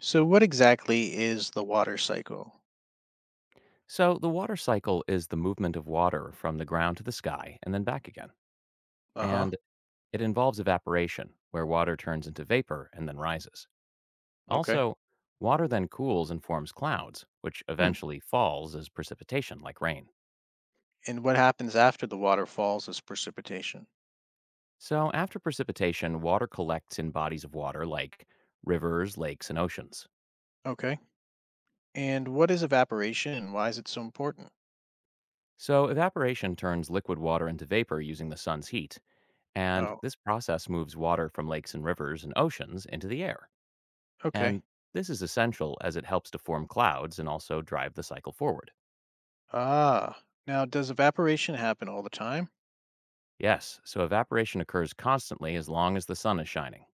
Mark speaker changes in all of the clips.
Speaker 1: So what exactly is the water cycle?
Speaker 2: So, the water cycle is the movement of water from the ground to the sky and then back again.
Speaker 1: Uh-huh.
Speaker 2: And it involves evaporation, where water turns into vapor and then rises.
Speaker 1: Okay.
Speaker 2: Also, water then cools and forms clouds, which
Speaker 1: Hmm.
Speaker 2: eventually falls as precipitation, like rain.
Speaker 1: And what happens after the water falls is precipitation.
Speaker 2: So, after precipitation, water collects in bodies of water like rivers, lakes, and oceans.
Speaker 1: Okay. And what is evaporation and why is it so important?
Speaker 2: So, evaporation turns liquid water into vapor using the sun's heat. And
Speaker 1: Oh,
Speaker 2: this process moves water from lakes and rivers and oceans into the air.
Speaker 1: okay.
Speaker 2: And this is essential as it helps to form clouds and also drive the cycle forward.
Speaker 1: Ah. Now, does evaporation happen all the time?
Speaker 2: Yes, so evaporation occurs constantly as long as the sun is shining.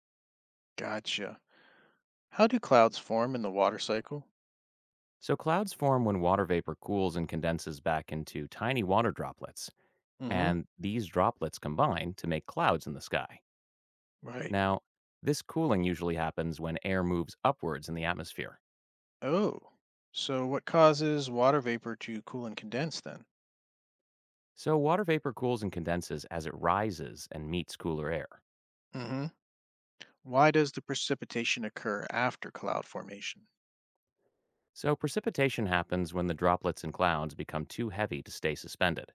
Speaker 1: Gotcha. How do clouds form in the water cycle?
Speaker 2: So clouds form when water vapor cools and condenses back into tiny water droplets,
Speaker 1: Mm-hmm.
Speaker 2: and these droplets combine to make clouds in the sky.
Speaker 1: Right.
Speaker 2: Now, this cooling usually happens when air moves upwards in the atmosphere.
Speaker 1: Oh. So what causes water vapor to cool and condense then?
Speaker 2: So water vapor cools and condenses as it rises and meets cooler air.
Speaker 1: Mm-hmm. Why does the precipitation occur after cloud formation?
Speaker 2: So precipitation happens when the droplets in clouds become too heavy to stay suspended,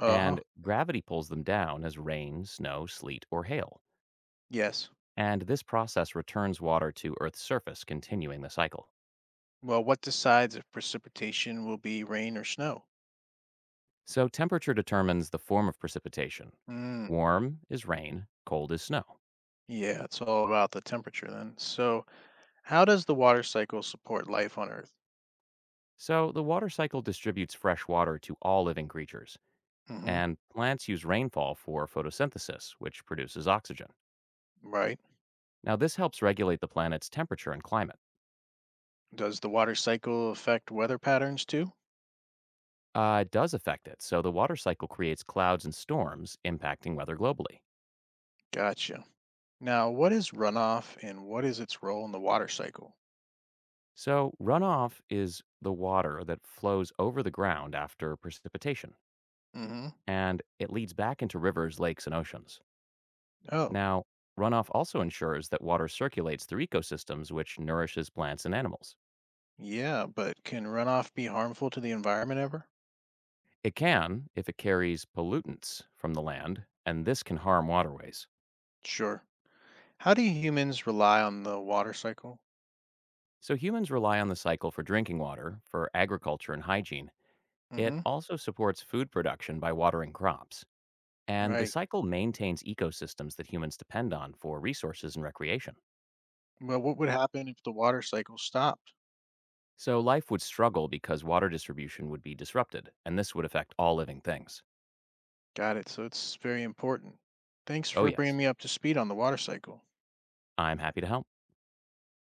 Speaker 1: Uh-huh.
Speaker 2: and gravity pulls them down as rain, snow, sleet, or hail.
Speaker 1: Yes.
Speaker 2: And this process returns water to Earth's surface, continuing the cycle.
Speaker 1: Well, what decides if precipitation will be rain or snow?
Speaker 2: So, temperature determines the form of precipitation.
Speaker 1: Mm,
Speaker 2: Warm is rain, cold is snow.
Speaker 1: yeah, it's all about the temperature then. So, how does the water cycle support life on Earth?
Speaker 2: So, the water cycle distributes fresh water to all living creatures,
Speaker 1: Hmm.
Speaker 2: and plants use rainfall for photosynthesis, which produces oxygen.
Speaker 1: Right.
Speaker 2: Now, this helps regulate the planet's temperature and climate.
Speaker 1: Does the water cycle affect weather patterns too?
Speaker 2: It does affect it, so the water cycle creates clouds and storms, impacting weather globally.
Speaker 1: Gotcha. Now, what is runoff and what is its role in the water cycle?
Speaker 2: So, runoff is the water that flows over the ground after precipitation,
Speaker 1: Hmm.
Speaker 2: and it leads back into rivers, lakes, and oceans.
Speaker 1: Oh,
Speaker 2: Now, runoff also ensures that water circulates through ecosystems, which nourishes plants and animals.
Speaker 1: yeah, but can runoff be harmful to the environment ever?
Speaker 2: It can if it carries pollutants from the land, and this can harm waterways.
Speaker 1: Sure. How do humans rely on the water cycle?
Speaker 2: So, humans rely on the cycle for drinking water, for agriculture and hygiene. It
Speaker 1: Hmm.
Speaker 2: also supports food production by watering crops. And the
Speaker 1: Right.
Speaker 2: cycle maintains ecosystems that humans depend on for resources and recreation.
Speaker 1: Well, what would happen if the water cycle stopped?
Speaker 2: So life would struggle because water distribution would be disrupted, and this would affect all living things.
Speaker 1: Got it. So it's very important. Thanks
Speaker 2: Oh,
Speaker 1: for
Speaker 2: yes,
Speaker 1: bringing me up to speed on the water cycle.
Speaker 2: I'm happy to help.